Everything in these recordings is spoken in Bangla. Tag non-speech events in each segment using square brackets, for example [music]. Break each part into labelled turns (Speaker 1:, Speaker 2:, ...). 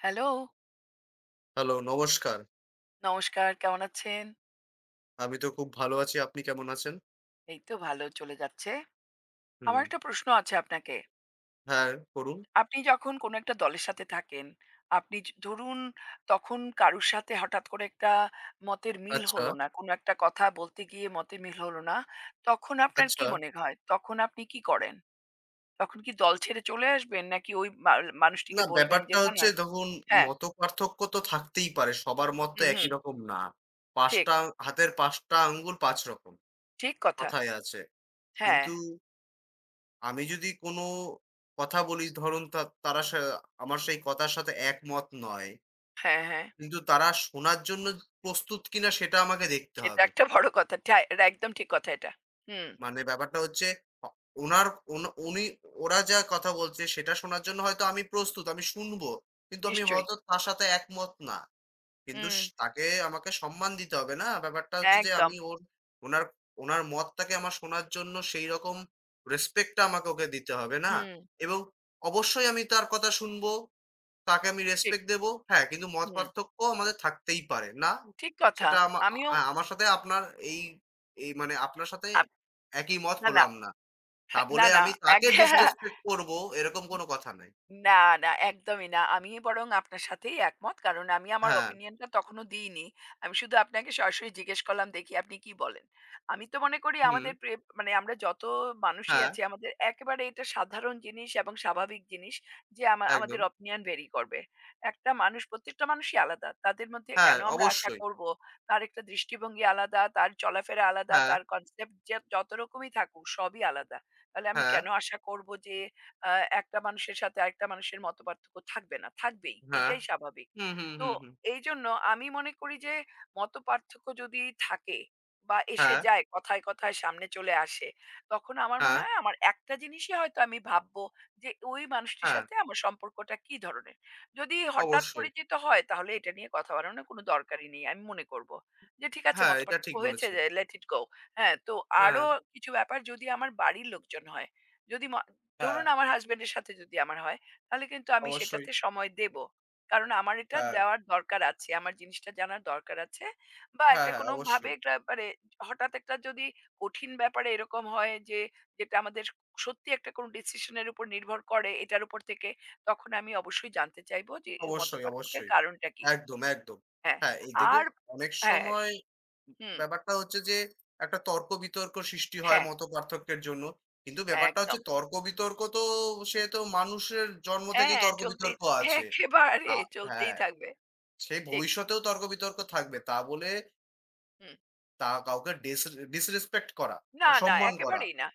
Speaker 1: হ্যালো,
Speaker 2: হ্যালো, নমস্কার।
Speaker 1: নমস্কার। কেমন আছেন?
Speaker 2: আমি তো খুব ভালো আছি। আপনি কেমন আছেন?
Speaker 1: এই তো ভালো চলে যাচ্ছে। আমার
Speaker 2: হুম।
Speaker 1: একটা প্রশ্ন আছে আপনাকে।
Speaker 2: হ্যাঁ, করুন।
Speaker 1: আপনি যখন কোনো একটা দলের সাথে থাকেন, আপনি য ধরুন তখন কারুর সাথে হঠাৎ করে একটা মতের মিল
Speaker 2: আচ্ছা,
Speaker 1: হলো না। কোনো একটা কথা বলতে গিয়ে মতের মিল হলো না। তখন আপনার কি
Speaker 2: আচ্ছা।
Speaker 1: মনে হয়? তখন আপনি কি করেন? তখন কি দল ছেড়ে চলে আসবেন? নাকি ওই মাল
Speaker 2: না,
Speaker 1: মানুষটিকে বলবেন যে
Speaker 2: ব্যাপারটা
Speaker 1: না,
Speaker 2: হচ্ছে
Speaker 1: না
Speaker 2: দেখুন,
Speaker 1: হ্যাঁ,
Speaker 2: মতপার্থক্য তো থাকতেই পারে। সবার মত তো
Speaker 1: হুম,
Speaker 2: একই
Speaker 1: হুম,
Speaker 2: রকম না। ৫
Speaker 1: ঠিক,
Speaker 2: টা হাতের ৫ টা আঙ্গুল ৫ রকম।
Speaker 1: ঠিক কথা।
Speaker 2: কথায় আছে।
Speaker 1: হ্যাঁ,
Speaker 2: কিন্তু আমি যদি কোনো কথা বলি, ধরুন তা তারা সা আমার সেই কথার সাথে একমত নয়।
Speaker 1: হ্যাঁ, হ্যাঁ।
Speaker 2: কিন্তু তারা শোনার জন্য প্রস্তুত কিনা সেটা আমাকে দেখতে
Speaker 1: সেটা
Speaker 2: হবে।
Speaker 1: একটা বড় কথা। একদম ঠিক কথা এটা। হুম।
Speaker 2: মানে ব্যাপারটা হচ্ছে, অ উনার উন উনি ওরা যা কথা বলছে সেটা শোনার জন্য হয়তো আমি প্রস্তুত, আমি শুনবো। কিন্তু আমি
Speaker 1: নিশ্চয়ই।
Speaker 2: হয়তো তার সাথে একমত না। কিন্তু
Speaker 1: হুম,
Speaker 2: তাকে আমাকে সম্মান দিতে হবে না? ব্যাপারটা হচ্ছে যে
Speaker 1: একদম।
Speaker 2: আমি ওর ওনার ওনার মতটাকে আমার শোনার জন্য সেইরকম রেসপেক্ট টা আমাকে ওকে দিতে হবে না?
Speaker 1: হুম,
Speaker 2: এবং অবশ্যই আমি তার কথা শুনবো। তাকে আমি
Speaker 1: ঠিক।
Speaker 2: রেসপেক্ট দেব। হ্যাঁ, কিন্তু মত
Speaker 1: হুম,
Speaker 2: পার্থক্য আমাদের থাকতেই পারে। না,
Speaker 1: ঠিক কথা।
Speaker 2: সেটা আমা
Speaker 1: আমিও
Speaker 2: আ আমার সাথে আপনার এই এই মানে আপনার সাথে
Speaker 1: আপ
Speaker 2: একই মত
Speaker 1: না, না,
Speaker 2: হলাম না। তা
Speaker 1: হ্যাঁ, না,
Speaker 2: বলে
Speaker 1: না,
Speaker 2: আমি
Speaker 1: এক
Speaker 2: তাকে
Speaker 1: [laughs] হ্যাঁ,
Speaker 2: ডিসরেসপেক্ট করব, এরকম কোন কথা নাই।
Speaker 1: না, না একদমই না। আমি বরং আপনার সাথেই একমত। কারণ আমি আমার
Speaker 2: হ্যাঁ,
Speaker 1: ওপিনিয়নটা তখনো দিইনি। আমি শুধু আপনাকে সরাসরি জিজ্ঞেস করলাম দেখি আপনি কি বলেন। আমি তো মনে করি
Speaker 2: হুম,
Speaker 1: আমাদের প্রে মানে আমরা যত মানুষই
Speaker 2: হ্যাঁ,
Speaker 1: আছি আমাদের একেবারে এটা সাধারণ জিনিস এবং স্বাভাবিক জিনিস যে
Speaker 2: একদম।
Speaker 1: আমাদের ওপিনিয়ন ভেরি করবে। একটা মানুষ প্রত্যেকটা মানুষই আলাদা। তাদের মধ্যে
Speaker 2: হ্যাঁ,
Speaker 1: কেন আমরা আশা
Speaker 2: অবশ্যই।
Speaker 1: করব? তার একটা দৃষ্টিভঙ্গি আলাদা, তার চলাফেরা আলাদা,
Speaker 2: হ্যাঁ,
Speaker 1: তার কনসেপ্ট যে যত রকমই থাকুক সবই আলাদা। তাহলে আমি
Speaker 2: হ্যাঁ,
Speaker 1: কেন আশা করব যে আ একটা মানুষের সাথে আরেকটা মানুষের মতপার্থক্য থাকবে না, থাকবেই।
Speaker 2: হ্যাঁ।
Speaker 1: এটাই স্বাভাবিক।
Speaker 2: হুম, হুম,
Speaker 1: তো
Speaker 2: হুম, হুম।
Speaker 1: এইজন্য আমি মনে করি যে মতপার্থক্য যদি থাকে বা এসে
Speaker 2: হ্যাঁ,
Speaker 1: যায় কথায়, কথায় সামনে চলে আসে, তখন আমার মনে
Speaker 2: হ্যাঁ,
Speaker 1: হয় আমার একটা জিনিসই হয়তো আমি ভাববো যে ওই মানুষটির
Speaker 2: হ্যাঁ,
Speaker 1: সাথে আমার সম্পর্কটা কি ধরনের। যদি হঠাৎ
Speaker 2: অবশ্যই।
Speaker 1: পরিচিত হয় তাহলে এটা নিয়ে কথা বাড়ানোর কোনো দরকারই নেই। আমি মনে করব যে ঠিক আছে
Speaker 2: হ্যাঁ, এটা
Speaker 1: মতপার্থক্য
Speaker 2: ঠিক
Speaker 1: হয়েছে
Speaker 2: বলেছেন।
Speaker 1: যে let it go হ্যাঁ, তো
Speaker 2: হ্যাঁ,
Speaker 1: আরো কিছু ব্যাপার যদি আমার বাড়ির লোকজন হয়, যদি ম
Speaker 2: হ্যাঁ,
Speaker 1: ধরুন আমার হাসব্যান্ডের সাথে যদি আমার হয়, তাহলে কিন্তু আমি
Speaker 2: অবশ্যই।
Speaker 1: সেটাতে সময় দেব। কারণ আমার এটা
Speaker 2: হ্যাঁ,
Speaker 1: দেওয়ার দরকার আছে। আমার জিনিসটা জানার দরকার আছে। বা
Speaker 2: হ্যাঁ,
Speaker 1: একটা
Speaker 2: হ্যাঁ,
Speaker 1: কোনোভাবে
Speaker 2: অবশ্যই।
Speaker 1: একটা মানে হঠাৎ একটা যদি কঠিন ব্যাপারে এরকম হয় যে, যেটা আমাদের সত্যি একটা কোনো ডিসিশন এর উপর নির্ভর করে এটার উপর থেকে, তখন আমি অবশ্যই জানতে চাইবো যে এই
Speaker 2: অবশ্যই,
Speaker 1: মতপার্থক্যের
Speaker 2: অবশ্যই।
Speaker 1: কারণটা কি?
Speaker 2: একদম, একদম।
Speaker 1: হ্যাঁ,
Speaker 2: হ্যাঁ, এই দেখুন,
Speaker 1: আর
Speaker 2: অনেক
Speaker 1: হ্যাঁ,
Speaker 2: সময়
Speaker 1: হুম,
Speaker 2: ব্যাপারটা হচ্ছে যে একটা তর্ক বিতর্ক সৃষ্টি হয়
Speaker 1: হ্যাঁ,
Speaker 2: মতপার্থক্যের জন্য। কিন্তু
Speaker 1: হ্যাঁ,
Speaker 2: ব্যাপারটা
Speaker 1: একদম।
Speaker 2: হচ্ছে, তর্ক বিতর্ক তো সে তো মানুষের জন্ম থেকেই
Speaker 1: হ্যাঁ,
Speaker 2: তর্ক
Speaker 1: চলতেই
Speaker 2: বিতর্ক
Speaker 1: [laughs] হ্যাঁ,
Speaker 2: আছে।
Speaker 1: একেবারে
Speaker 2: আ
Speaker 1: চলতেই
Speaker 2: হ্যাঁ,
Speaker 1: থাকবে।
Speaker 2: সেই
Speaker 1: ঠিক,
Speaker 2: ভবিষ্যতেও তর্ক বিতর্ক থাকবে। তা বলে
Speaker 1: হুম।
Speaker 2: তা কাউকে ডিসরেসপেক্ট করা,
Speaker 1: না, না,
Speaker 2: অসম্মান করা,
Speaker 1: একেবারেই না,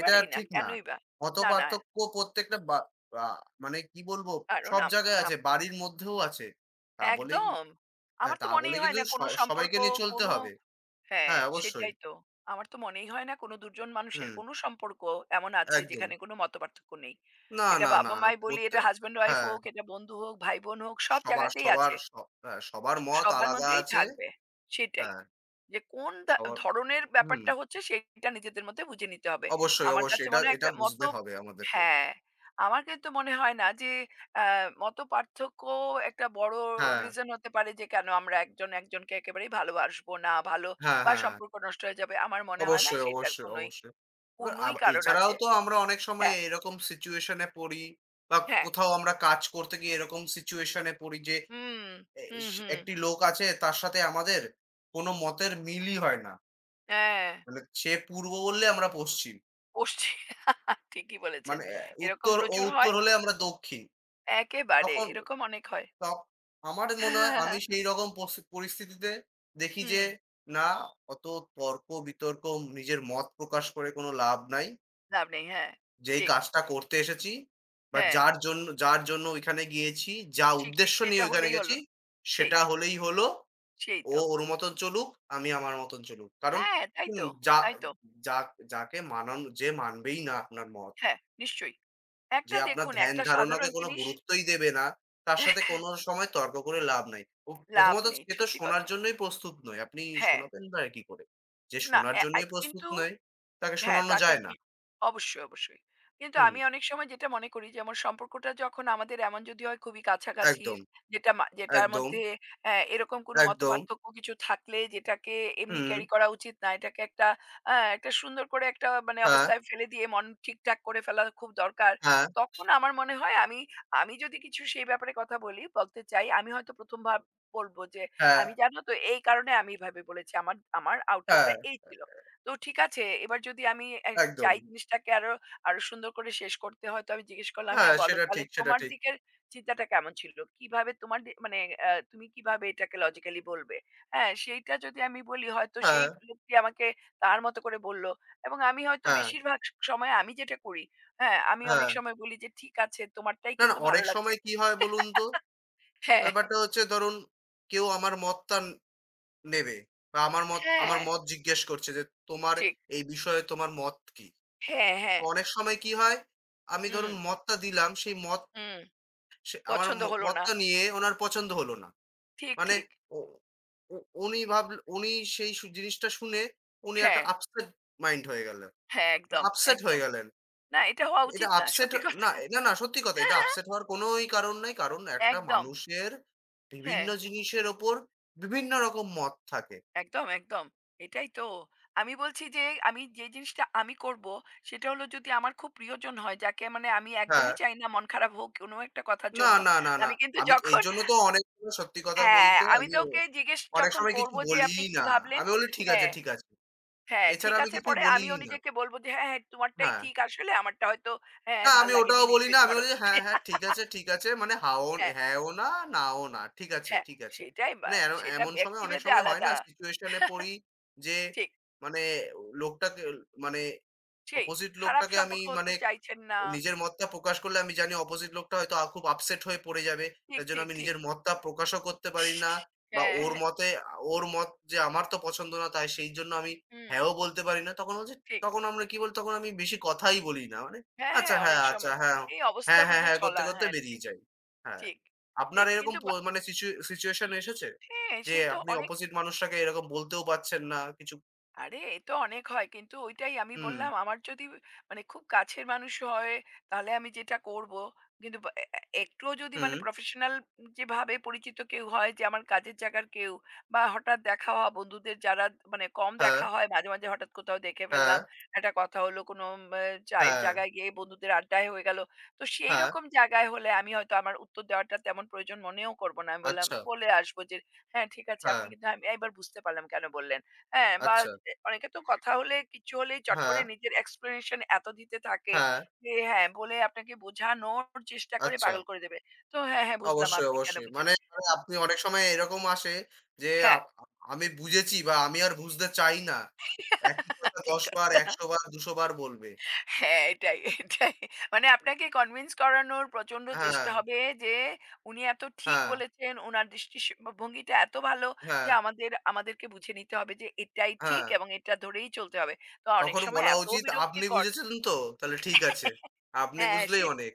Speaker 2: এটা
Speaker 1: না।
Speaker 2: ঠিক না।
Speaker 1: কেনই বা? না, না,
Speaker 2: মতপার্থক্য প্রত্যেকটা বা আ মানে কি বলবো
Speaker 1: কারণ
Speaker 2: সব
Speaker 1: আম
Speaker 2: জায়গায়
Speaker 1: হাম
Speaker 2: আছে, বাড়ির মধ্যেও আছে। তা বলেই
Speaker 1: একদম।
Speaker 2: হ্যাঁ,
Speaker 1: আমার তো
Speaker 2: তা বলে
Speaker 1: মনেই হয়
Speaker 2: কিন্তু
Speaker 1: না কোনো সম্পর্ক
Speaker 2: সবাইকে নিয়ে চলতে
Speaker 1: কোনো
Speaker 2: হবে।
Speaker 1: হ্যাঁ,
Speaker 2: হ্যাঁ, অবশ্যই।
Speaker 1: সেটাই তো। আমার তো মনেই হয় না কোনো ২ জন মানুষের
Speaker 2: হুম,
Speaker 1: কোনো সম্পর্ক এমন আছে
Speaker 2: একদম।
Speaker 1: যেখানে কোনো মতপার্থক্য নেই।
Speaker 2: না,
Speaker 1: এটা
Speaker 2: না, না।
Speaker 1: বাবা-মাই বলি,
Speaker 2: প্রত্যে
Speaker 1: এটা হাসব্যান্ড-ওয়াইফ
Speaker 2: হ্যাঁ,
Speaker 1: হোক, এটা বন্ধু হোক, ভাই-বোন হোক, সব
Speaker 2: সবার
Speaker 1: জায়গাতেই
Speaker 2: সবার
Speaker 1: আছে।
Speaker 2: স হ্যাঁ, সবার মত
Speaker 1: সবার
Speaker 2: আলাদা
Speaker 1: মধ্যেই
Speaker 2: আছে।
Speaker 1: থাকবে। সেটাই।
Speaker 2: হ্যাঁ,
Speaker 1: যে কোন ধা
Speaker 2: সবার
Speaker 1: ধরনের
Speaker 2: হুম,
Speaker 1: ব্যাপারটা হচ্ছে সেইটা নিজেদের মধ্যে বুঝে নিতে হবে।
Speaker 2: অবশ্যই,
Speaker 1: আমার
Speaker 2: অবশ্যই।
Speaker 1: কাছে
Speaker 2: এটা
Speaker 1: মনে হয়
Speaker 2: এটা
Speaker 1: একটা মত
Speaker 2: বুঝতে হবে আমাদেরকে।
Speaker 1: হ্যাঁ, আমার কিন্তু মনে হয় না যে আ মতপার্থক্য একটা বড়
Speaker 2: হ্যাঁ,
Speaker 1: রিজন হতে পারে যে কেন আমরা একজন একজনকে একেবারেই ভালোবাসবো না, ভালো
Speaker 2: হ্যাঁ,
Speaker 1: বা
Speaker 2: হ্যাঁ।
Speaker 1: সম্পর্ক নষ্ট হয়ে যাবে। আমার মনে হয় না
Speaker 2: অবশ্যই,
Speaker 1: সেটার
Speaker 2: অবশ্যই,
Speaker 1: কোনোই,
Speaker 2: অবশ্যই। এবার
Speaker 1: কোনোই
Speaker 2: আব
Speaker 1: কারণ
Speaker 2: এছাড়াও
Speaker 1: আছে।
Speaker 2: তো আমরা অনেক সময়
Speaker 1: হ্যাঁ,
Speaker 2: এরকম সিচুয়েশন এ পড়ি, বা
Speaker 1: হ্যাঁ।
Speaker 2: কোথাও আমরা কাজ করতে গিয়ে এরকম সিচুয়েশন এ পড়ি যে
Speaker 1: হুম,
Speaker 2: এ
Speaker 1: হুম,
Speaker 2: স
Speaker 1: হুম।
Speaker 2: একটি লোক আছে তার সাথে আমাদের কোনো মতের মিলই হয় না।
Speaker 1: হ্যাঁ,
Speaker 2: মানে সে পূর্ব বললে আমরা পশ্চিম।
Speaker 1: পশ্চিম [laughs] ঠিকই বলেছেন।
Speaker 2: মানে অ্যা হ্যাঁ।
Speaker 1: এরকম
Speaker 2: উত্তর
Speaker 1: প্রচুর
Speaker 2: উত্তর
Speaker 1: হয়।
Speaker 2: হলে আমরা দক্ষিণ।
Speaker 1: একেবারে
Speaker 2: তখন
Speaker 1: এরকম অনেক হয়।
Speaker 2: ত আমার মনে হয় আমি
Speaker 1: [laughs]
Speaker 2: সেইরকম পরিস্থিতিতে দেখি যে
Speaker 1: হুম।
Speaker 2: না, অত তর্ক বিতর্ক, নিজের মত প্রকাশ করে কোনো লাভ নাই।
Speaker 1: লাভ নেই। হ্যাঁ,
Speaker 2: যেই
Speaker 1: ঠিক।
Speaker 2: কাজটা করতে এসেছি, বা
Speaker 1: হ্যাঁ,
Speaker 2: যার জন্য ওইখানে গিয়েছি, যা
Speaker 1: ঠিক, ঠিক।
Speaker 2: উদ্দেশ্য নিয়ে
Speaker 1: সেটা
Speaker 2: ওইখানে
Speaker 1: হলেই
Speaker 2: গেছি,
Speaker 1: হলো। সেই,
Speaker 2: সেটা হলেই হলো।
Speaker 1: সেই
Speaker 2: ও
Speaker 1: তো।
Speaker 2: ওর মতন চলুক, আমি আমার মতন চলুক। কারণ
Speaker 1: হ্যাঁ, তাই
Speaker 2: হুম,
Speaker 1: তো,
Speaker 2: যা
Speaker 1: তাই তো।
Speaker 2: যা যাকে মানানো, মানবেই না আপনার মত,
Speaker 1: হ্যাঁ, নিশ্চয়ই।
Speaker 2: যে
Speaker 1: একটা
Speaker 2: আপনার
Speaker 1: দেখুন,
Speaker 2: ধ্যান
Speaker 1: একটা
Speaker 2: ধারণাকে
Speaker 1: সাধারণ
Speaker 2: কোন
Speaker 1: জিনিস
Speaker 2: গুরুত্বই দেবে না, তার সাথে
Speaker 1: [laughs]
Speaker 2: কোনো সময় তর্ক করে লাভ নাই।
Speaker 1: লাভ
Speaker 2: প্রথমত
Speaker 1: নেই।
Speaker 2: সে তো
Speaker 1: সত্যি
Speaker 2: শোনার
Speaker 1: কথা।
Speaker 2: জন্যই প্রস্তুত নয়। আপনি
Speaker 1: হ্যাঁ,
Speaker 2: শোনাবেন না কি করে? যে
Speaker 1: না,
Speaker 2: শোনার
Speaker 1: অ্যা আ
Speaker 2: জন্যই প্রস্তুত
Speaker 1: কিন্তু
Speaker 2: নয়, তাকে
Speaker 1: হ্যাঁ,
Speaker 2: শোনানো
Speaker 1: তাকে
Speaker 2: যায় না।
Speaker 1: কি অবশ্যই, অবশ্যই। কিন্তু
Speaker 2: হুম,
Speaker 1: আমি অনেক সময় যেটা মনে করি যেমন সম্পর্কটা যখন আমাদের এমন যদি হয় খুবই কাছাকাছির
Speaker 2: একদম,
Speaker 1: যেটার
Speaker 2: একদম,
Speaker 1: মধ্যে এরকম কোনো
Speaker 2: একদম।
Speaker 1: মতপার্থক্য কিছু থাকলে যেটাকে এমনি
Speaker 2: হুম,
Speaker 1: ক্যারি করা উচিত না। এটাকে একটা একটা সুন্দর করে একটা মানে
Speaker 2: হ্যাঁ,
Speaker 1: অবস্থায় ফেলে দিয়ে মন ঠিকঠাক করে ফেলা খুব দরকার।
Speaker 2: হ্যাঁ,
Speaker 1: তখন আমার মনে হয় আমি আমি যদি কিছু সেই ব্যাপারে কথা বলি, বলতে চাই আমি হয়তো প্রথম বার বলব যে,
Speaker 2: হ্যাঁ,
Speaker 1: "আমি জানো তো এই কারণে আমি এভাবে বলেছি। আমার আমার আউটলুক
Speaker 2: হ্যাঁ,
Speaker 1: টা এই ছিল।" তো ঠিক আছে। এবার যদি আমি
Speaker 2: একদম।
Speaker 1: চাই জিনিসটাকে আরো, আরো সুন্দর করে শেষ করতে হয়, তো আমি জিজ্ঞেস করলাম,
Speaker 2: হ্যাঁ,
Speaker 1: "হ্যাঁ, বলো
Speaker 2: সেটা
Speaker 1: তাহলে
Speaker 2: ঠিক, সেটা
Speaker 1: তোমার
Speaker 2: ঠিক।
Speaker 1: দিকের চিন্তাটা কেমন ছিল? কিভাবে তোমার দি মানে অ্যা তুমি কিভাবে এটাকে লজিক্যালি বলবে?" হ্যাঁ, সেইটা যদি আমি বলি হয়তো
Speaker 2: হ্যাঁ,
Speaker 1: সেই লোকটি আমাকে তার মতো করে বলল এবং আমি হয়তো
Speaker 2: হ্যাঁ,
Speaker 1: বেশিরভাগ সময় আমি যেটা করি, হ্যাঁ, আমি অনেক
Speaker 2: হ্যাঁ।
Speaker 1: সময় বলি যে, "ঠিক আছে, তোমারটাই
Speaker 2: না, না,
Speaker 1: কিন্তু ভালো
Speaker 2: অনেক
Speaker 1: লাগছে।"
Speaker 2: সময় কি হয় বলুন তো?
Speaker 1: হ্যাঁ,
Speaker 2: ব্যাপারটা হচ্ছে, ধরুন কেউ আমার মতটা নেবে। বা আমার মত,
Speaker 1: হ্যাঁ,
Speaker 2: জিজ্ঞেস করছে যে, "তোমার
Speaker 1: ঠিক।
Speaker 2: এই বিষয়ে তোমার মত কি?"
Speaker 1: হ্যাঁ,
Speaker 2: তো
Speaker 1: হ্যাঁ।
Speaker 2: অনেক সময় কি হয়? আমি
Speaker 1: হুম,
Speaker 2: ধরুন মতটা দিলাম, সেই মত,
Speaker 1: হুম।
Speaker 2: সে আমার
Speaker 1: পছন্দ
Speaker 2: ম
Speaker 1: হলো না।
Speaker 2: মতটা নিয়ে ওনার পছন্দ হলো না।
Speaker 1: ঠিক,
Speaker 2: মানে
Speaker 1: ঠিক।
Speaker 2: ও উ উনি ভাবল, উনি সেই জিনিসটা শুনে উনি একটা
Speaker 1: হ্যাঁ।
Speaker 2: আপসেট মাইন্ড হয়ে গেলেন।
Speaker 1: হ্যাঁ, একদম,
Speaker 2: আপসেট
Speaker 1: একদম।
Speaker 2: হয়ে গেলেন।
Speaker 1: না এটা হওয়া
Speaker 2: এটা
Speaker 1: উচিত না।
Speaker 2: আপসেট
Speaker 1: সত্যি [laughs]
Speaker 2: না,
Speaker 1: কথা।
Speaker 2: না, না, সত্যি কথা। এটা আপসেট হওয়ার কোনোই কারণ নাই। কারণ একটা
Speaker 1: একদম।
Speaker 2: মানুষের
Speaker 1: হ্যাঁ,
Speaker 2: বিভিন্ন জিনিসের ওপর বিভিন্ন রকম মত থাকে।
Speaker 1: একদম, একদম। এটাই তো। আমি বলছি যে আমি যে জিনিসটা করব সেটা হলো যদি আমার খুব প্রিয়জন হয় যাকে মানে আমি
Speaker 2: হ্যাঁ।
Speaker 1: একদমই চাই না মন খারাপ হোক কোনো একটা কথার
Speaker 2: না,
Speaker 1: জন্য।
Speaker 2: না, না, না।
Speaker 1: আমি কিন্তু [laughs]
Speaker 2: আমি তো
Speaker 1: যখন
Speaker 2: এইজন্য তো অনেক সময় সত্যি কথা
Speaker 1: হ্যাঁ,
Speaker 2: বলতে,
Speaker 1: আমি
Speaker 2: আমি
Speaker 1: তো ওকে জিজ্ঞেস
Speaker 2: অনেক
Speaker 1: যখন
Speaker 2: সময় কিছু
Speaker 1: করব যে আপনি
Speaker 2: বলিই
Speaker 1: কি
Speaker 2: না।
Speaker 1: ভাবলেন?
Speaker 2: আমি বলি, "ঠিক আছে,
Speaker 1: হ্যাঁ,
Speaker 2: ঠিক আছে।"
Speaker 1: হ্যাঁ, ঠিক
Speaker 2: এছাড়া আমি
Speaker 1: আছে
Speaker 2: কিছু
Speaker 1: পরে আমিও
Speaker 2: বলিই না।
Speaker 1: নিজেকে বলব যে হ্যাঁ, হ্যাঁ, তোমারটাই
Speaker 2: হ্যাঁ।
Speaker 1: ঠিক আসলে আমারটা হয়তো হ্যাঁ,
Speaker 2: না,
Speaker 1: ভাল
Speaker 2: আমি
Speaker 1: লাগেনি
Speaker 2: ওটাও বলি না।
Speaker 1: নিশ্চয়ই
Speaker 2: আমি
Speaker 1: তোমারও।
Speaker 2: বলি, "হ্যাঁ, হ্যাঁ,
Speaker 1: [laughs]
Speaker 2: ঠিক আছে, ঠিক আছে।" মানে হাও
Speaker 1: হ্যাঁ।
Speaker 2: হ্যাঁও না, নাও না। ঠিক আছে,
Speaker 1: হ্যাঁ,
Speaker 2: ঠিক আছে।
Speaker 1: সেটাই বা
Speaker 2: মানে এর
Speaker 1: সেটা
Speaker 2: এমন সময় অনেক
Speaker 1: ব্যক্তিভেদে
Speaker 2: সময় হয় না,
Speaker 1: আলাদা।
Speaker 2: সিচুয়েশন এ পড়ি যে
Speaker 1: ঠিক,
Speaker 2: মানে লোকটাকে মানে
Speaker 1: সেই।
Speaker 2: অপোজিট
Speaker 1: খারাপ
Speaker 2: লোকটাকে আমি,
Speaker 1: সম্পর্ক হতে
Speaker 2: মানে
Speaker 1: চাইছেন না।
Speaker 2: নিজের মতটা প্রকাশ করলে আমি জানি অপোজিট লোকটা হয়তো খুব আপসেট হয়ে পড়ে যাবে।
Speaker 1: ঠিক,
Speaker 2: তার জন্য
Speaker 1: ঠিক,
Speaker 2: আমি
Speaker 1: ঠিক।
Speaker 2: নিজের মতটা প্রকাশও করতে পারি না, বা
Speaker 1: হ্যাঁ,
Speaker 2: ওর
Speaker 1: হ্যাঁ।
Speaker 2: মতে আ ওর মত যে আমার তো পছন্দ না, তাই সেইজন্য আমি
Speaker 1: হুম,
Speaker 2: হ্যাঁও বলতে পারি না। তখন হচ্ছে
Speaker 1: ঠিক।
Speaker 2: তখন আমরা কি বলি তখন আমি বেশি কথাই বলি না। মানে
Speaker 1: হ্যাঁ,
Speaker 2: আচ্ছা
Speaker 1: হ্যাঁ,
Speaker 2: হ্যাঁ,
Speaker 1: অনেক
Speaker 2: আচ্ছা
Speaker 1: সময়।
Speaker 2: হ্যাঁ,
Speaker 1: এই অবস্থা
Speaker 2: হ্যাঁ, হ্যাঁ,
Speaker 1: বুঝে
Speaker 2: হ্যাঁ করতে,
Speaker 1: চলা।
Speaker 2: করতে
Speaker 1: হ্যাঁ,
Speaker 2: বেরিয়ে
Speaker 1: ঠিক,
Speaker 2: যাই। হ্যাঁ।
Speaker 1: ঠিক,
Speaker 2: আপনার
Speaker 1: ঠিক।
Speaker 2: এরকম
Speaker 1: কিন্তু
Speaker 2: প
Speaker 1: বা
Speaker 2: মানে সিচু সিচুয়েশন এসেছে,
Speaker 1: হ্যাঁ,
Speaker 2: যে
Speaker 1: সেই তো
Speaker 2: আপনি
Speaker 1: অনেক
Speaker 2: অপোজিট মানুষটাকে এরকম বলতেও পারছেন না কিছু?
Speaker 1: আরে এ তো অনেক হয়। কিন্তু ওইটাই আমি
Speaker 2: হুম,
Speaker 1: বললাম আমার যদি মানে খুব কাছের মানুষ হয়, তাহলে আমি যেটা করব। কিন্তু বা এ এ একটুও যদি
Speaker 2: হুম,
Speaker 1: মানে প্রফেশনাল যেভাবে পরিচিত কেউ হয় যে আমার কাজের জায়গার কেউ বা হঠাৎ দেখা হওয়া বন্ধুদের যারা মানে কম
Speaker 2: হ্যাঁ,
Speaker 1: দেখা হয় মাঝে, মাঝে হঠাৎ কোথাও দেখে
Speaker 2: হ্যাঁ,
Speaker 1: ফেললাম। একটা কথা হলো কোনো আ চায়ের
Speaker 2: হ্যাঁ,
Speaker 1: জায়গায় গিয়ে বন্ধুদের আড্ডায় হয়ে গেল। তো সেই
Speaker 2: হ্যাঁ,
Speaker 1: রকম জায়গায় হলে আমি হয়তো আমার উত্তর দেওয়াটা তেমন প্রয়োজন মনেও করব না। আমি বললাম
Speaker 2: আচ্ছা,
Speaker 1: বলে আসবো যে, "হ্যাঁ ঠিক আছে
Speaker 2: হ্যাঁ।
Speaker 1: আপনি কিন্তু" আমি এবার বুঝতে পারলাম কেন বললেন। হ্যাঁ, বা
Speaker 2: আচ্ছা।
Speaker 1: এ অনেকে তো কথা হলে কিছু হলেই চট
Speaker 2: হ্যাঁ,
Speaker 1: করে নিজের explanation এত দিতে থাকে
Speaker 2: হ্যাঁ,
Speaker 1: যে হ্যাঁ, বলে আপনাকে বোঝানোর চেষ্টা করে
Speaker 2: আচ্ছা।
Speaker 1: পাগল করে দেবে। তো হ্যাঁ, হ্যাঁ, বুঝলাম
Speaker 2: অবশ্যই,
Speaker 1: আপনি কেন
Speaker 2: অবশ্যই।
Speaker 1: বুঝেন।
Speaker 2: মানে মানে আপনি অনেক সময় এরকম আসে যে,
Speaker 1: হ্যাঁ,
Speaker 2: আপ আমি বুঝেছি, বা আমি আর বুঝতে চাই না। একই
Speaker 1: [laughs]
Speaker 2: কথা
Speaker 1: ঠিক
Speaker 2: ১০ বার,
Speaker 1: কথা।
Speaker 2: ১০০ বার, ২০০ বার বলবে।
Speaker 1: হ্যাঁ, এটাই, এটাই। মানে আপনাকে convince করানোর প্রচন্ড
Speaker 2: হ্যাঁ,
Speaker 1: চেষ্টা হবে যে উনি এত ঠিক
Speaker 2: হ্যাঁ,
Speaker 1: বলেছেন, উনার দৃষ্টি স ভঙ্গিটা এত ভালো
Speaker 2: হ্যাঁ,
Speaker 1: যে আমাদেরকে বুঝে নিতে হবে যে এটাই ঠিক
Speaker 2: হ্যাঁ।
Speaker 1: এবং এটা ধরেই চলতে হবে। তো অনেক
Speaker 2: তখন
Speaker 1: সময়
Speaker 2: বলা
Speaker 1: এত
Speaker 2: উচিত, আপনি
Speaker 1: বিরক্তিকর
Speaker 2: বুঝেছেন তো? তাহলে ঠিক আছে।
Speaker 1: [laughs]
Speaker 2: আপনি
Speaker 1: হ্যাঁ,
Speaker 2: বুঝলেই অনেক।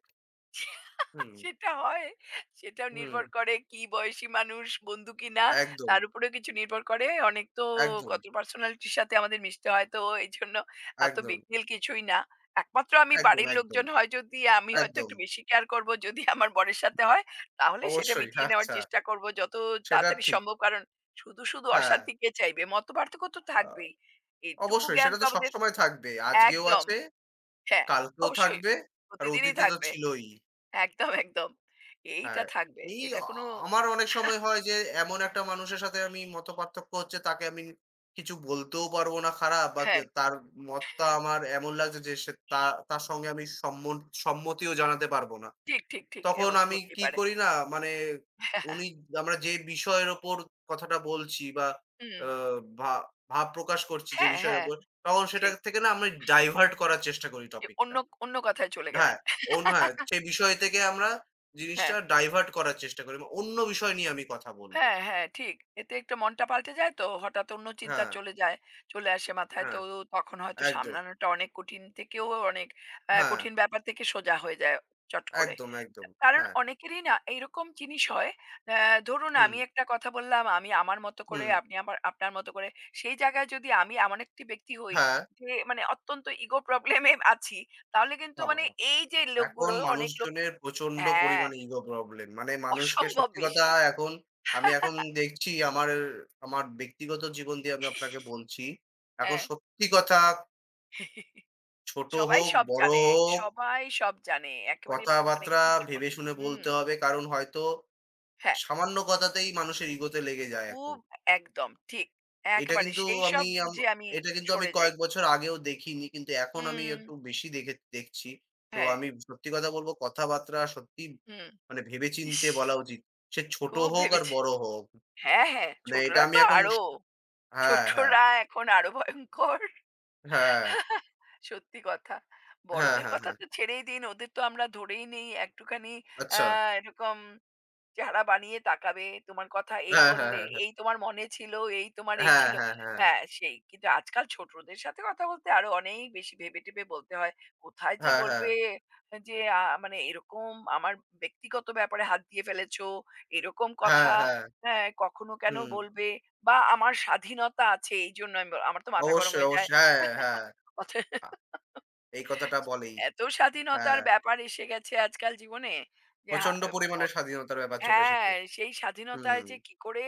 Speaker 2: হুম,
Speaker 1: সেটা হয়। সেটাও
Speaker 2: হুম।
Speaker 1: নির্ভর করে কি বয়সী মানুষ, বন্ধু কিনা
Speaker 2: একদম,
Speaker 1: তার উপরেও কিছু নির্ভর করে। অনেক তো
Speaker 2: একদম,
Speaker 1: কত পার্সোনালিটির সাথে আমাদের মিশতে হয়। তো এইজন্য এত
Speaker 2: একদম,
Speaker 1: বিগ ডিল কিছুই না। একমাত্র আমি
Speaker 2: একদম,
Speaker 1: বাড়ির
Speaker 2: একদম,
Speaker 1: লোকজন হয় যদি আমি হয়তো
Speaker 2: একদম।
Speaker 1: একটু বেশি কেয়ার করব যদি আমার বরের সাথে হয়, তাহলে সেটা
Speaker 2: অবশ্যই।
Speaker 1: মিটিয়ে নেওয়ার
Speaker 2: আচ্ছা,
Speaker 1: চেষ্টা করব যত
Speaker 2: সেটা
Speaker 1: তাড়াতাড়ি
Speaker 2: ঠিক।
Speaker 1: সম্ভব। কারণ শুধু
Speaker 2: হ্যাঁ।
Speaker 1: অশান্তি কে চাইবে? মতপার্থক্য তো
Speaker 2: আ
Speaker 1: থাকবেই। এটুকু
Speaker 2: অবশ্যই,
Speaker 1: জ্ঞান
Speaker 2: সেটা
Speaker 1: তো
Speaker 2: তো
Speaker 1: আমাদের
Speaker 2: সবসময় থাকবে। আজকেও
Speaker 1: একদম।
Speaker 2: আছে,
Speaker 1: হ্যাঁ,
Speaker 2: কালকেও
Speaker 1: অবশ্যই।
Speaker 2: থাকবে, আর
Speaker 1: প্রতিদিনই
Speaker 2: অতীতে তো
Speaker 1: থাকবে।
Speaker 2: ছিলই।
Speaker 1: একদম, একদম। এইটা
Speaker 2: হ্যাঁ,
Speaker 1: থাকবে।
Speaker 2: এই
Speaker 1: এটা
Speaker 2: আ
Speaker 1: কোনো
Speaker 2: আমার অনেক সময় হয় যে এমন একটা মানুষের সাথে আমি মতপার্থক্য হচ্ছে, তাকে আমি কিছু বলতেও পারবো না খারাপ, বা কে
Speaker 1: হ্যাঁ,
Speaker 2: তার মতটা
Speaker 1: হ্যাঁ।
Speaker 2: আমার এমন লাগছে যে সে তা তার সঙ্গে আমি সম্মতিও জানাতে পারব না।
Speaker 1: ঠিক, ঠিক, ঠিক।
Speaker 2: তখন
Speaker 1: এমন তো
Speaker 2: আমি
Speaker 1: হতেই
Speaker 2: কি
Speaker 1: পারে।
Speaker 2: করি না মানে উনি
Speaker 1: [laughs]
Speaker 2: আমরা যে বিষয়ের ওপর কথাটা বলছি, বা
Speaker 1: হুম।
Speaker 2: আ ভা ভাব প্রকাশ করছি যে
Speaker 1: হ্যাঁ,
Speaker 2: বিষয়ের
Speaker 1: হ্যাঁ।
Speaker 2: উপর, তখন সেটা
Speaker 1: সেই
Speaker 2: থেকে না আমি ডাইভার্ট করার চেষ্টা করি
Speaker 1: যে অন্য
Speaker 2: টপিকটা।
Speaker 1: অন্য কথায় চলে গেলেন।
Speaker 2: হ্যাঁ, হ্যাঁ,
Speaker 1: [laughs]
Speaker 2: সেই বিষয় থেকে আমরা জিনিসটা
Speaker 1: হ্যাঁ।
Speaker 2: ডাইভার্ট করার চেষ্টা করি। মানে অন্য বিষয় নিয়ে আমি কথা বলব।
Speaker 1: হ্যাঁ, হ্যাঁ, ঠিক। এতে একটু মনটা পাল্টে যায় তো, হঠাৎ অন্য চিন্তা
Speaker 2: হ্যাঁ,
Speaker 1: চলে যায়, চলে আসে মাথায়।
Speaker 2: হ্যাঁ,
Speaker 1: তো তখন হয়তো
Speaker 2: একদম।
Speaker 1: সামলানোটা অনেক কঠিন থেকেও অনেক
Speaker 2: হ্যাঁ,
Speaker 1: কঠিন ব্যাপার থেকে সোজা হয়ে যায় চট করে।
Speaker 2: একদম, একদম।
Speaker 1: কারণ
Speaker 2: হ্যাঁ,
Speaker 1: অনেকেরই না এইরকম জিনিস হয়, অ্যা ধরুন
Speaker 2: হুম,
Speaker 1: আমি একটা কথা বললাম, আমি আমার মতো করে,
Speaker 2: হুম,
Speaker 1: আপনি আমার আপনার মতো করে। সেই জায়গায় যদি আমি এমন একটি ব্যক্তি হই
Speaker 2: হ্যাঁ,
Speaker 1: যে মানে অত্যন্ত ইগো প্রবলেম এ আছি, তাহলে কিন্তু
Speaker 2: পাবো।
Speaker 1: মানে এই যে
Speaker 2: এখন
Speaker 1: লোকগুলো, অনেক লোক
Speaker 2: মানুষজনের প্রচন্ড
Speaker 1: হ্যাঁ,
Speaker 2: পরিমাণে ইগো প্রবলেম। মানে মানুষকে
Speaker 1: অসম্ভব
Speaker 2: সত্যি কথা,
Speaker 1: বেশি।
Speaker 2: এখন আমি এখন
Speaker 1: [laughs]
Speaker 2: দেখছি আমার, আমার ব্যক্তিগত জীবন দিয়ে আমি আপনাকে বলছি। এখন সত্যি কথা,
Speaker 1: হ্যাঁ।
Speaker 2: ছোট
Speaker 1: সবাই
Speaker 2: হোক,
Speaker 1: সব
Speaker 2: বড়
Speaker 1: জানে,
Speaker 2: হোক,
Speaker 1: সবাই সব জানে। একেবারে মানে
Speaker 2: কথাবার্তা
Speaker 1: কি বলবো?
Speaker 2: ভেবে শুনে
Speaker 1: হুম,
Speaker 2: বলতে হবে। কারণ হয়তো
Speaker 1: হ্যাঁ,
Speaker 2: সামান্য কথাতেই মানুষের ইগোতে লেগে যায় এখন।
Speaker 1: খুব একদম ঠিক।
Speaker 2: এটা
Speaker 1: একেবারে
Speaker 2: কিন্তু,
Speaker 1: সেই
Speaker 2: আমি
Speaker 1: সব
Speaker 2: আম
Speaker 1: বুঝে আমি
Speaker 2: এটা কিন্তু আমি
Speaker 1: সরে যাই।
Speaker 2: কয়েক বছর আগেও দেখিনি। কিন্তু এখন আমি
Speaker 1: হুম,
Speaker 2: একটু বেশি দেখে দেখছি। তো
Speaker 1: হ্যাঁ,
Speaker 2: আমি সত্যি কথা বলব, কথাবার্তা সত্যিই
Speaker 1: হুম।
Speaker 2: মানে
Speaker 1: ইস!
Speaker 2: ভেবেচিন্তে বলা উচিত। সে ছোট
Speaker 1: খুব
Speaker 2: হোক আর
Speaker 1: ভেবেছি।
Speaker 2: বড় হোক।
Speaker 1: হ্যাঁ, হ্যাঁ,
Speaker 2: মানে এটা
Speaker 1: ছোটরা
Speaker 2: আমি
Speaker 1: তো
Speaker 2: এখন
Speaker 1: আরো।
Speaker 2: হ্যাঁ, হ্যাঁ,
Speaker 1: ছোটরা এখন আরো ভয়ংকর।
Speaker 2: হ্যাঁ,
Speaker 1: সত্যি কথা।
Speaker 2: হ্যাঁ,
Speaker 1: বড়দের
Speaker 2: হ্যাঁ,
Speaker 1: কথা
Speaker 2: হ্যাঁ।
Speaker 1: তো ছেড়েই দিন। ওদের তো আমরা ধরেই নেই একটুখানি আ
Speaker 2: আচ্ছা।
Speaker 1: এরকম চেহারা বানিয়ে তাকাবে, তোমার কথা এই
Speaker 2: হ্যাঁ, হ্যাঁ,
Speaker 1: বললে,
Speaker 2: হ্যাঁ, হ্যাঁ।
Speaker 1: এই তোমার মনে ছিল, এই তোমার এই
Speaker 2: হ্যাঁ,
Speaker 1: ছিল।
Speaker 2: হ্যাঁ, হ্যাঁ, হ্যাঁ,
Speaker 1: হ্যাঁ, সেই। কিন্তু আজকাল ছোটদের সাথে কথা বলতে আরো অনেক বেশি ভেবে-টেবে বলতে হয়। কোথায় যে
Speaker 2: হ্যাঁ, হ্যাঁ।
Speaker 1: বলবে যে মানে এরকম আমার ব্যক্তিগত ব্যাপারে হাত দিয়ে ফেলেছো, এরকম
Speaker 2: হ্যাঁ,
Speaker 1: কথা,
Speaker 2: হ্যাঁ,
Speaker 1: হ্যাঁ, কখনো কেন
Speaker 2: হুম।
Speaker 1: বলবে বা আমার স্বাধীনতা আছে এইজন্য আমি বল আমার তো মাথা গরম
Speaker 2: অবশ্যই,
Speaker 1: হয়ে যায়।
Speaker 2: অবশ্যই। হ্যাঁ, হ্যাঁ।
Speaker 1: অথ
Speaker 2: আ এই কথাটা বলেই।
Speaker 1: এত স্বাধীনতার
Speaker 2: হ্যাঁ।
Speaker 1: ব্যাপার এসে গেছে আজকাল জীবনে যে হা
Speaker 2: প্রচন্ড পরিমাণে স্বাধীনতার ব্যাপার চলে
Speaker 1: হ্যাঁ,
Speaker 2: এসেছে।
Speaker 1: সেই
Speaker 2: হুম।
Speaker 1: স্বাধীনতায় যে কি করে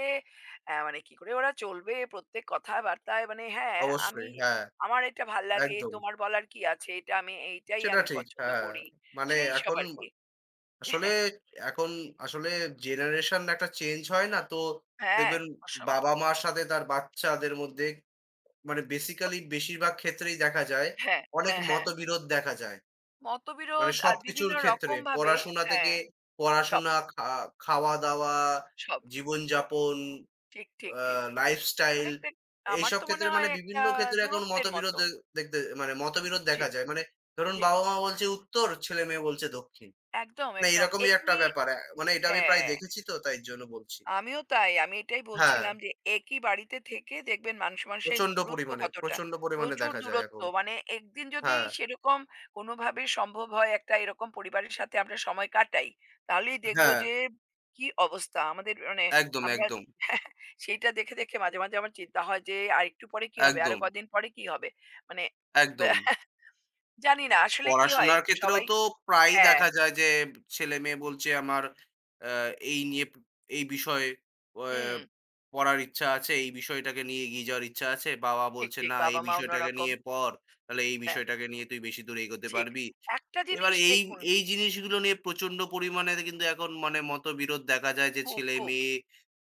Speaker 1: মানে কি করে ওরা চলবে প্রত্যেক কথাবার্তায় মানে হ্যাঁ, আমি
Speaker 2: অবশ্যই। হ্যাঁ।
Speaker 1: আমার এটা ভাল লাগে,
Speaker 2: একদম।
Speaker 1: তোমার বলার কি আছে? এটা আমি এইটাই
Speaker 2: সেটা
Speaker 1: আমি
Speaker 2: ঠিক।
Speaker 1: পছন্দ
Speaker 2: হ্যাঁ।
Speaker 1: করি।
Speaker 2: মানে
Speaker 1: সেই সব
Speaker 2: এখন
Speaker 1: আরকি।
Speaker 2: আসলে
Speaker 1: [laughs]
Speaker 2: এখন আসলে জেনারেশন একটা চেঞ্জ হয় না? তো
Speaker 1: হ্যাঁ,
Speaker 2: দেখবেন
Speaker 1: অসম
Speaker 2: বাবা-মার সাথে তার বাচ্চাদের মধ্যে, মানে
Speaker 1: অ
Speaker 2: বেসিক্যালি বেশিরভাগ ক্ষেত্রেই দেখা যায়
Speaker 1: হ্যাঁ,
Speaker 2: অনেক
Speaker 1: হ্যাঁ, হ্যাঁ।
Speaker 2: মতবিরোধ দেখা যায়। মানে
Speaker 1: মতবিরোধ আর
Speaker 2: সবকিছুর
Speaker 1: বিভিন্ন
Speaker 2: ক্ষেত্রে
Speaker 1: রকমভাবে
Speaker 2: পড়াশোনা থেকে,
Speaker 1: হ্যাঁ, সব,
Speaker 2: পড়াশোনা, খা খাওয়া-দাওয়া,
Speaker 1: সব।
Speaker 2: জীবনযাপন,
Speaker 1: ঠিক, ঠিক,
Speaker 2: আ
Speaker 1: ঠিক।
Speaker 2: লাইফস্টাইল,
Speaker 1: অনেকটা আমার
Speaker 2: এইসব
Speaker 1: তো মনে
Speaker 2: ক্ষেত্রে
Speaker 1: হয়
Speaker 2: মানে
Speaker 1: একটা
Speaker 2: বিভিন্ন ক্ষেত্রে এখন
Speaker 1: দূরত্বের
Speaker 2: মতবিরোধ
Speaker 1: মতো।
Speaker 2: দে দেখতে মানে মতবিরোধ দেখা
Speaker 1: ঠিক,
Speaker 2: যায়। মানে ধরুন
Speaker 1: ঠিক।
Speaker 2: বাবা-মা বলছে উত্তর, ছেলে-মেয়ে বলছে দক্ষিণ।
Speaker 1: একদম,
Speaker 2: মানে
Speaker 1: একদম।
Speaker 2: এরকমই একটা
Speaker 1: একই
Speaker 2: ব্যাপার। মানে এটা আমি প্রায়
Speaker 1: হ্যাঁ।
Speaker 2: দেখেছি তো তাই জন্য বলছি।
Speaker 1: আমিও তাই। আমি এটাই
Speaker 2: হ্যাঁ,
Speaker 1: বলছিলাম যে একই বাড়িতে থেকে দেখবেন মানুষ, মানুষের
Speaker 2: প্রচন্ড
Speaker 1: দূরত্ব
Speaker 2: পরিমাণে,
Speaker 1: কতটা।
Speaker 2: প্রচন্ড পরিমাণে
Speaker 1: প্রচুর
Speaker 2: দেখা যায়
Speaker 1: দূরত্ব।
Speaker 2: এখন।
Speaker 1: মানে একদিন যদি
Speaker 2: হ্যাঁ,
Speaker 1: সেরকম কোনোভাবে সম্ভব হয় একটা এরকম পরিবারের সাথে আমরা সময় কাটাই, তাহলেই দেখব
Speaker 2: হ্যাঁ,
Speaker 1: যে কি অবস্থা আমাদের মানে
Speaker 2: একদম,
Speaker 1: আমরা
Speaker 2: একদম,
Speaker 1: [laughs] সেইটা দেখে, দেখে মাঝে, মাঝে আমার চিন্তা হয় যে আরেকটু পরে কি হবে? আরো
Speaker 2: একদম,
Speaker 1: কদিন পরে কি হবে? মানে ব্যা
Speaker 2: একদম।
Speaker 1: [laughs] জানি না আসলে কি হয়
Speaker 2: পড়াশোনার ক্ষেত্রেও
Speaker 1: সবাই
Speaker 2: তো প্রায়ই
Speaker 1: হ্যাঁ,
Speaker 2: দেখা যায় যে, ছেলেমেয়ে বলছে আমার আ এই নিয়ে প- এই বিষয়ে অ্যা
Speaker 1: হুম,
Speaker 2: পড়ার ইচ্ছা আছে, এই বিষয়টাকে নিয়ে এগিয়ে যাওয়ার ইচ্ছা আছে। বাবা
Speaker 1: ঠিক,
Speaker 2: বলছে,
Speaker 1: ঠিক।
Speaker 2: "না, এই
Speaker 1: বাবা-মা
Speaker 2: বিষয়টাকে
Speaker 1: অন্যরকম।
Speaker 2: নিয়ে পড়। তাহলে এই
Speaker 1: হ্যাঁ,
Speaker 2: বিষয়টাকে নিয়ে তুই বেশি দূর এগোতে
Speaker 1: ঠিক।
Speaker 2: পারবি।"
Speaker 1: একটা
Speaker 2: এবার
Speaker 1: জিনিস দেখুন
Speaker 2: এই জিনিসগুলো নিয়ে প্রচন্ড পরিমাণে কিন্তু এখন মানে মতবিরোধ দেখা যায় যে,
Speaker 1: খুব, খুব
Speaker 2: ছেলে-মেয়ে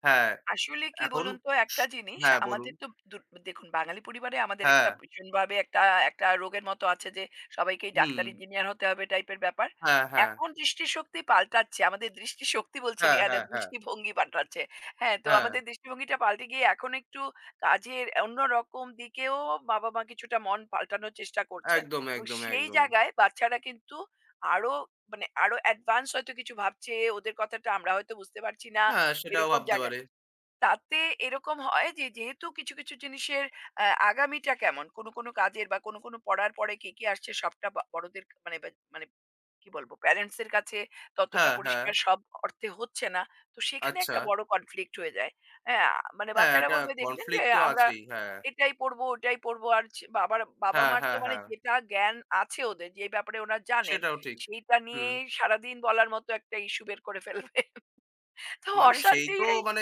Speaker 2: হ্যাঁ,
Speaker 1: আসলে কি
Speaker 2: এখন
Speaker 1: বলুন তো
Speaker 2: স
Speaker 1: একটা জিনিস
Speaker 2: হ্যাঁ, বলুন।
Speaker 1: আমাদের তো দু দেখুন বাঙালি পরিবারে আমাদের
Speaker 2: হ্যাঁ,
Speaker 1: একটা ভীষণভাবে একটা একটা রোগের মতো আছে যে সবাইকেই
Speaker 2: হুম।
Speaker 1: ডাক্তার ইঞ্জিনিয়ার হতে হবে টাইপের ব্যাপার।
Speaker 2: হ্যাঁ, হ্যাঁ।
Speaker 1: এখন দৃষ্টিশক্তি পাল্টাচ্ছে। আমাদের দৃষ্টিশক্তি বলছি না
Speaker 2: হ্যাঁ,
Speaker 1: এটা
Speaker 2: হ্যাঁ, হ্যাঁ,
Speaker 1: দৃষ্টিভঙ্গি পাল্টাচ্ছে। হ্যাঁ, তো
Speaker 2: হ্যাঁ।
Speaker 1: আমাদের দৃষ্টিভঙ্গিটা পাল্টে গিয়ে এখন একটু কাজের অন্যরকম দিকেও বাবা-মা কিছুটা মন পাল্টানোর চেষ্টা করছেন
Speaker 2: একদম,
Speaker 1: এবং
Speaker 2: একদম,
Speaker 1: সেই
Speaker 2: একদম।
Speaker 1: জায়গায় বাচ্চারা কিন্তু আরো মানে আরো অ্যাডভান্স হয়তো কিছু ভাবছে। ওদের কথাটা আমরা হয়তো বুঝতে পারছি না।
Speaker 2: হ্যাঁ, সেটাও
Speaker 1: এরকম
Speaker 2: ভাবতে
Speaker 1: জায়গায়
Speaker 2: পারি।
Speaker 1: তাতে এরকম হয় যে যেহেতু কিছু জিনিসের আ আগামীটা কেমন, কোনো কাজের বা কোনো পড়ার পরে কি, কি আসছে সবটা বা বড়দের কা- মানে বা মানে কি বলব প্যারেন্টস এর কাছে ততটা
Speaker 2: হ্যাঁ, হ্যাঁ।
Speaker 1: পরিষ্কার সব অর্থে হচ্ছে না। তো সেখানে
Speaker 2: আচ্ছা।
Speaker 1: একটা বড় কনফ্লিক্ট হয়ে যায়। হ্যাঁ, মানে
Speaker 2: হ্যাঁ,
Speaker 1: বাচ্চারা
Speaker 2: একটা
Speaker 1: বলবে দেখবেন যে
Speaker 2: কনফ্লিক্ট তো
Speaker 1: আমরা
Speaker 2: আছেই। হ্যাঁ।
Speaker 1: এটাই পড়বো, ওটাই পড়বো আর ছে বাবার
Speaker 2: হ্যাঁ,
Speaker 1: বাবা-মার তো
Speaker 2: হ্যাঁ,
Speaker 1: মানে
Speaker 2: হ্যাঁ।
Speaker 1: যেটা জ্ঞান আছে ওদের যে ব্যাপারে ওরা জানেন,
Speaker 2: সেটাও ঠিক।
Speaker 1: সেইটা
Speaker 2: হুম।
Speaker 1: নিয়েই সারাদিন বলার মতো একটা ইস্যু বের করে ফেলবে। [laughs] তো
Speaker 2: মানে সেই
Speaker 1: অশান্তি
Speaker 2: তো,
Speaker 1: এই
Speaker 2: মানে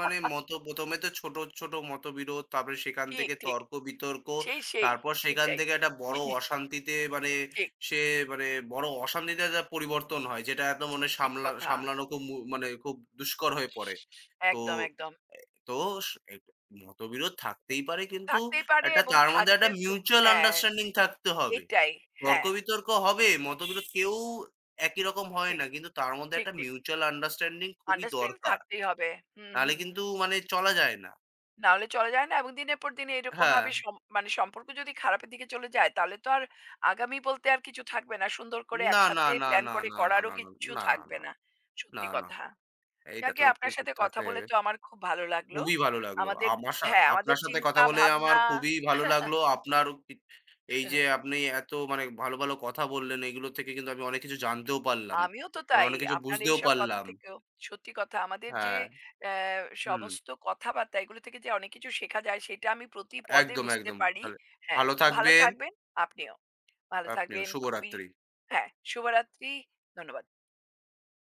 Speaker 2: মানে মত ১ম এ তো ছোট, ছোট মতবিরোধ, তারপরে সেখান
Speaker 1: ঠিক,
Speaker 2: থেকে
Speaker 1: ঠিক।
Speaker 2: তর্ক-বিতর্ক,
Speaker 1: সেই, সেই,
Speaker 2: তারপর সেখান
Speaker 1: সেটাই।
Speaker 2: থেকে একটা বড়
Speaker 1: [laughs]
Speaker 2: অশান্তিতে মানে,
Speaker 1: ঠিক,
Speaker 2: সে মানে বড় অশান্তিতে একটা পরিবর্তন হয়। যেটা একদম মানে
Speaker 1: ঠিক কথা।
Speaker 2: সামলানো খুব মানে খুব দুষ্কর হয়ে পড়ে। তো
Speaker 1: একদম, একদম।
Speaker 2: এ তো স এক মতবিরোধ
Speaker 1: হ্যাঁ।
Speaker 2: থাকতেই পারে, কিন্তু
Speaker 1: থাকতেই পারে এবং
Speaker 2: তার মধ্যে একটা
Speaker 1: থাকবে দু
Speaker 2: মিউচুয়াল
Speaker 1: হ্যাঁ,
Speaker 2: আন্ডারস্ট্যান্ডিং থাকতে হবে।
Speaker 1: এইটাই। হ্যাঁ,
Speaker 2: তর্ক-বিতর্ক হবে, মতবিরোধ, কেউ একই রকম হয়
Speaker 1: ঠিক,
Speaker 2: না। কিন্তু তার মধ্যে
Speaker 1: ঠিক,
Speaker 2: একটা
Speaker 1: ঠিক।
Speaker 2: মিউচুয়াল আন্ডারস্ট্যান্ডিং খুবই
Speaker 1: আন্ডারস্ট্যান্ডিং
Speaker 2: দরকার।
Speaker 1: থাকতেই হবে। হুম,
Speaker 2: নাহলে
Speaker 1: হুম, হুম।
Speaker 2: কিন্তু মানে চলা যায় না।
Speaker 1: না হলে চলা যায় না এবং দিনের পর দিন
Speaker 2: হ্যাঁ।
Speaker 1: এরকমভাবে সম মানে সম্পর্ক যদি খারাপের দিকে চলে যায় তাহলে তো আর আগামী বলতে আর কিছু থাকবে না। সুন্দর করে
Speaker 2: না, না,
Speaker 1: একসাথে
Speaker 2: না,
Speaker 1: প্ল্যান
Speaker 2: না,
Speaker 1: করে
Speaker 2: না, না,
Speaker 1: করারও
Speaker 2: না, না, না,
Speaker 1: কিছু
Speaker 2: না,
Speaker 1: থাকবে
Speaker 2: না,
Speaker 1: না।
Speaker 2: না,
Speaker 1: সত্যি
Speaker 2: না।
Speaker 1: কথা।
Speaker 2: এইটা
Speaker 1: যাকে
Speaker 2: তো
Speaker 1: আপনার সাথে কথা
Speaker 2: থাকতে
Speaker 1: বলে তো আমার খুব ভালো লাগলো।
Speaker 2: খুবই ভালো লাগলো।
Speaker 1: আমাদের
Speaker 2: আমার সা
Speaker 1: হ্যাঁ, আমাদের
Speaker 2: আপনার সাথে কথা
Speaker 1: চিন্তা
Speaker 2: বলে
Speaker 1: ভাবনা
Speaker 2: আমার খুবই ভালো
Speaker 1: [laughs]
Speaker 2: লাগলো। আপনার পি এই যে আপনি এত মানে ভালো, ভালো কথা বললেন, এগুলো থেকে কিন্তু আমি অনেক কিছু জানতেও পারলাম।
Speaker 1: আমিও তো তাই।
Speaker 2: অনেক কিছু
Speaker 1: আপনার
Speaker 2: বুঝতেও
Speaker 1: এইসব কথা
Speaker 2: পারলাম।
Speaker 1: থেকেও সত্যি কথা আমাদের যে
Speaker 2: হ্যাঁ,
Speaker 1: অ্যা
Speaker 2: হুম।
Speaker 1: সমস্ত কথাবার্তা এগুলো থেকে যে অনেক কিছু শেখা যায় সেটা আমি প্রতি পদে
Speaker 2: একদম,
Speaker 1: বুঝতে
Speaker 2: একদম।
Speaker 1: পারি।
Speaker 2: তাহলে
Speaker 1: হ্যাঁ,
Speaker 2: ভালো
Speaker 1: ভালো
Speaker 2: থাকবেন,
Speaker 1: থাকবেন। আপনিও ভালো
Speaker 2: আপনিও।
Speaker 1: থাকবেন। খুবই
Speaker 2: শুভরাত্রি।
Speaker 1: হ্যাঁ, শুভরাত্রি। ধন্যবাদ।